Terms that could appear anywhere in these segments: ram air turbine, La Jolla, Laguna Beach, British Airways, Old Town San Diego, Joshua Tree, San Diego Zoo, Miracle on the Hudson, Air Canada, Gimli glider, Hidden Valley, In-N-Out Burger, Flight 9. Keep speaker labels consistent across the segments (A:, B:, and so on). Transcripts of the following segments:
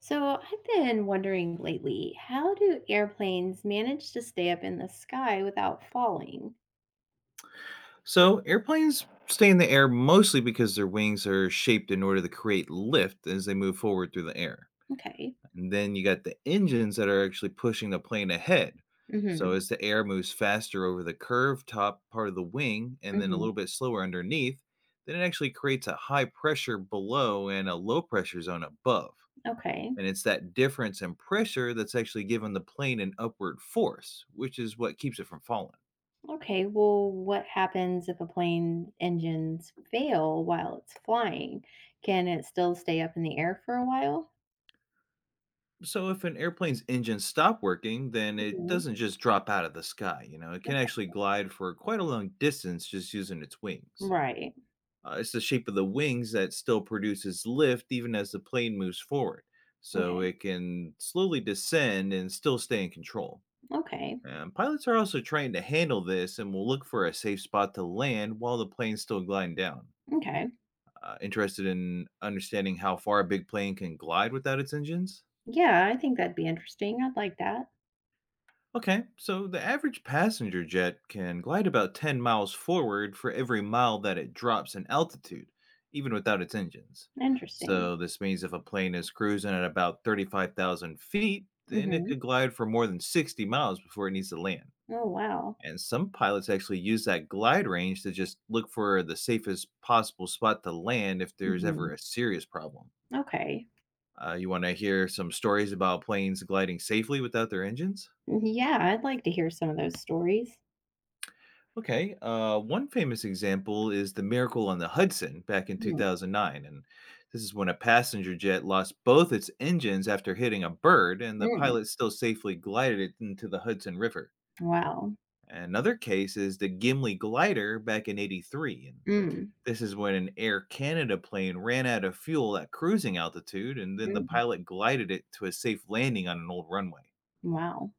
A: So, I've been wondering lately, how do airplanes manage to stay up in the sky without falling?
B: So, airplanes stay in the air mostly because their wings are shaped in order to create lift as they move forward through the air.
A: Okay.
B: And then you got the engines that are actually pushing the plane ahead. So,
A: Mhm.
B: as the air moves faster over the curved top part of the wing and then a
A: Mhm.
B: little bit slower underneath, then it actually creates a high pressure below and a low pressure zone above.
A: Okay.
B: And it's that difference in pressure that's actually giving the plane an upward force, which is what keeps it from falling.
A: Okay. Well, what happens if a plane engines fail while it's flying? Can it still stay up in the air for a while?
B: So if an airplane's engines stop working, then it
A: Mhm.
B: doesn't just drop out of the sky. It can actually glide for quite a long distance just using its wings. And
A: Right.
B: it's the shape of the wings that still produces lift even as the plane moves forward. So
A: Okay.
B: it can slowly descend and still stay in control.
A: Okay.
B: And pilots are also trying to handle this and will look for a safe spot to land while the plane's still gliding down.
A: Okay.
B: Interested in understanding how far a big plane can glide without its engines?
A: Yeah, I think that'd be interesting. I'd like that.
B: Okay, so the average passenger jet can glide about 10 miles forward for every mile that it drops in altitude, even without its engines.
A: Interesting.
B: So, this means if a plane is cruising at about 35,000 feet, then it
A: Mhm.
B: could glide for more than 60 miles before it needs to land.
A: Oh, wow.
B: And some pilots actually use that glide range to just look for the safest possible spot to land if there's ever
A: Mhm.
B: a serious problem.
A: Okay.
B: You want to hear some stories about planes gliding safely without their engines?
A: Yeah, I'd like to hear some of those stories.
B: Okay. One famous example is the Miracle on the Hudson back in
A: Mm,
B: 2009. And this is when a passenger jet lost both its engines after hitting a bird, and the
A: mm,
B: pilot still safely glided it into the Hudson River.
A: wow.
B: Another case is the Gimli glider back in 83. And
A: Mm,
B: this is when an Air Canada plane ran out of fuel at cruising altitude, and then the
A: mm,
B: pilot glided it to a safe landing on an old runway.
A: wow.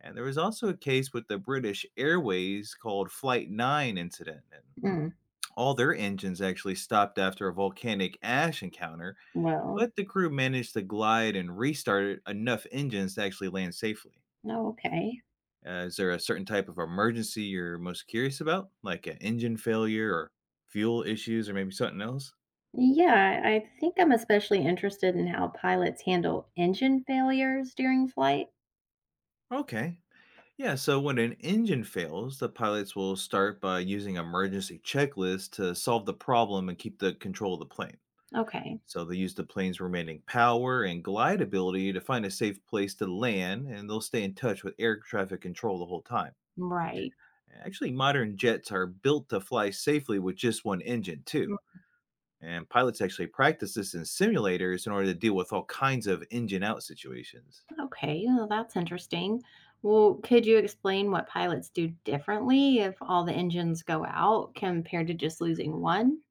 B: And there was also a case with the British Airways called Flight 9 incident. And
A: Mm,
B: all their engines actually stopped after a volcanic ash encounter,
A: well,
B: but the crew managed to glide and restart enough engines to actually land safely.
A: oh, okay.
B: Is there a certain type of emergency you're most curious about, like an engine failure or fuel issues or maybe something else?
A: Yeah, I think I'm especially interested in how pilots handle engine failures during flight.
B: Okay. Yeah, so when an engine fails, the pilots will start by using emergency checklists to solve the problem and keep the control of the plane.
A: Okay,
B: So they use the plane's remaining power and glide ability to find a safe place to land, and they'll stay in touch with air traffic control the whole time.
A: right.
B: Actually, modern jets are built to fly safely with just one engine, too.
A: Mm.
B: And pilots actually practice this in simulators in order to deal with all kinds of engine out situations.
A: Okay, well, that's interesting. Well, could you explain what pilots do differently if all the engines go out compared to just losing one?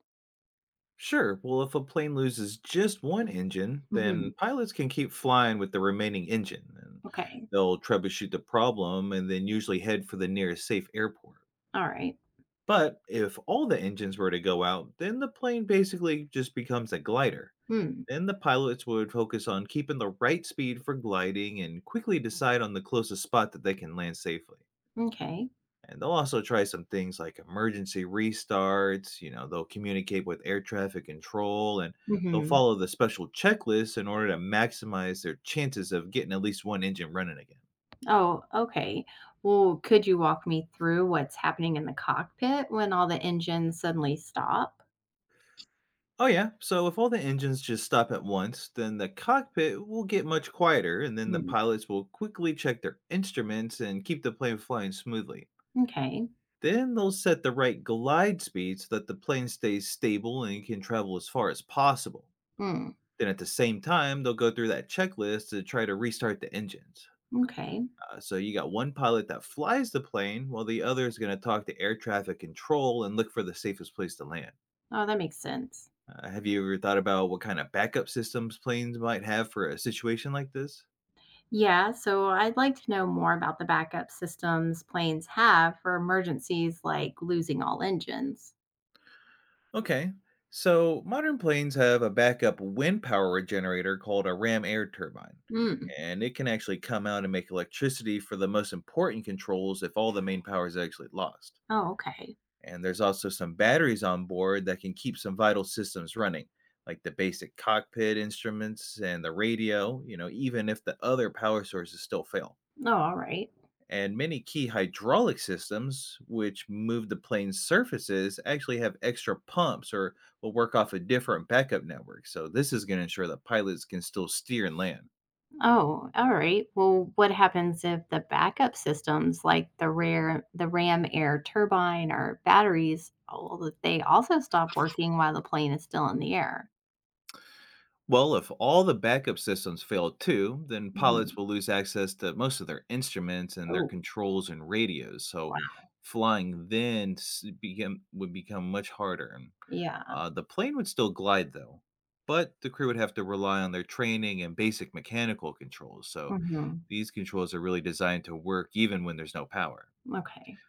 B: Sure, well, if a plane loses just one engine,
A: Hmm.
B: then pilots can keep flying with the remaining engine, and
A: Okay,
B: they'll troubleshoot the problem and then usually head for the nearest safe airport.
A: all right.
B: But if all the engines were to go out, then the plane basically just becomes a glider.
A: Hmm.
B: Then the pilots would focus on keeping the right speed for gliding and quickly decide on the closest spot that they can land safely.
A: Okay.
B: And they'll also try some things like emergency restarts, they'll communicate with air traffic control and they'll
A: Hmm.
B: follow the special checklists in order to maximize their chances of getting at least one engine running again.
A: Oh, okay. Well, could you walk me through what's happening in the cockpit when all the engines suddenly stop?
B: Oh, yeah. So if all the engines just stop at once, then the cockpit will get much quieter, and then the
A: Mm.
B: pilots will quickly check their instruments and keep the plane flying smoothly.
A: Okay.
B: Then they'll set the right glide speed so that the plane stays stable and can travel as far as possible.
A: Mm.
B: Then at the same time, they'll go through that checklist to try to restart the engines.
A: Okay.
B: So you got one pilot that flies the plane, while the other is going to talk to air traffic control and look for the safest place to land.
A: Oh, that makes sense.
B: Have you ever thought about what kind of backup systems planes might have for a situation like this?
A: Yeah, so I'd like to know more about the backup systems planes have for emergencies like losing all engines.
B: Okay, so modern planes have a backup wind power generator called a ram air turbine,
A: Mm.
B: and it can actually come out and make electricity for the most important controls if all the main power is actually lost.
A: Oh, okay.
B: And there's also some batteries on board that can keep some vital systems running, like the basic cockpit instruments and the radio, even if the other power sources still fail.
A: Oh, all right.
B: And many key hydraulic systems, which move the plane's surfaces, actually have extra pumps or will work off a different backup network. So, this is going to ensure that pilots can still steer and land.
A: Oh, alright. Well, what happens if the backup systems like the rare the RAM air turbine or batteries, all that they also stop working while the plane is still in the air?
B: Well, if all the backup systems fail too, then pilots
A: Mhm.
B: will lose access to most of their instruments and their
A: Oh,
B: controls and radios. So,
A: wow.
B: flying then would become much harder.
A: Yeah.
B: The plane would still glide, though, but the crew would have to rely on their training and basic mechanical controls. So
A: Mhm.
B: these controls are really designed to work even when there's no power.
A: Okay.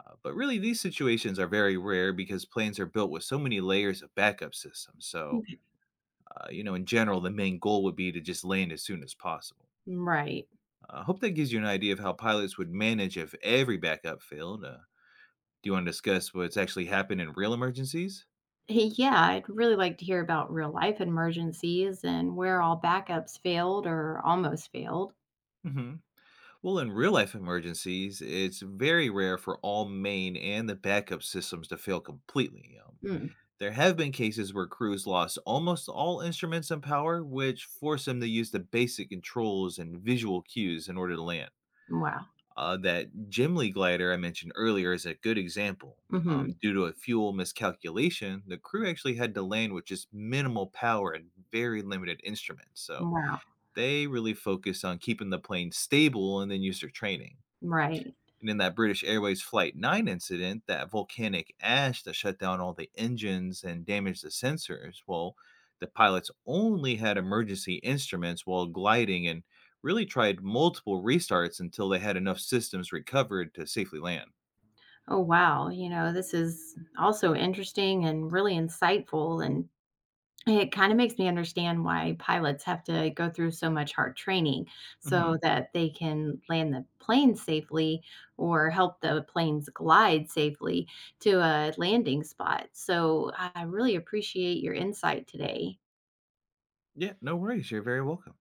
B: But really, these situations are very rare because planes are built with so many layers of backup systems. So,
A: Okay.
B: uh, you know, in general, the main goal would be to just land as soon as possible.
A: Right.
B: I hope that gives you an idea of how pilots would manage if every backup failed. Do you want to discuss what's actually happened in real emergencies?
A: Hey, yeah, I'd really like to hear about real life emergencies and where all backups failed or almost failed.
B: Hmm. Well, in real life emergencies, it's very rare for all main and the backup systems to fail completely.
A: Mm.
B: There have been cases where crews lost almost all instruments and power, which forced them to use the basic controls and visual cues in order to land.
A: Wow.
B: That Gimli glider I mentioned earlier is a good example.
A: Mhm.
B: Due to a fuel miscalculation, the crew actually had to land with just minimal power and very limited instruments. So
A: Wow.
B: they really focused on keeping the plane stable and then used their training.
A: Right.
B: And in that British Airways Flight 9 incident, that volcanic ash that shut down all the engines and damaged the sensors, well, the pilots only had emergency instruments while gliding and really tried multiple restarts until they had enough systems recovered to safely land.
A: Oh, wow. You know, this is also interesting and really insightful. And it kind of makes me understand why pilots have to go through so much hard training
B: Hmm.
A: so that they can land the plane safely or help the planes glide safely to a landing spot. So I really appreciate your insight today.
B: Yeah, no worries. You're very welcome.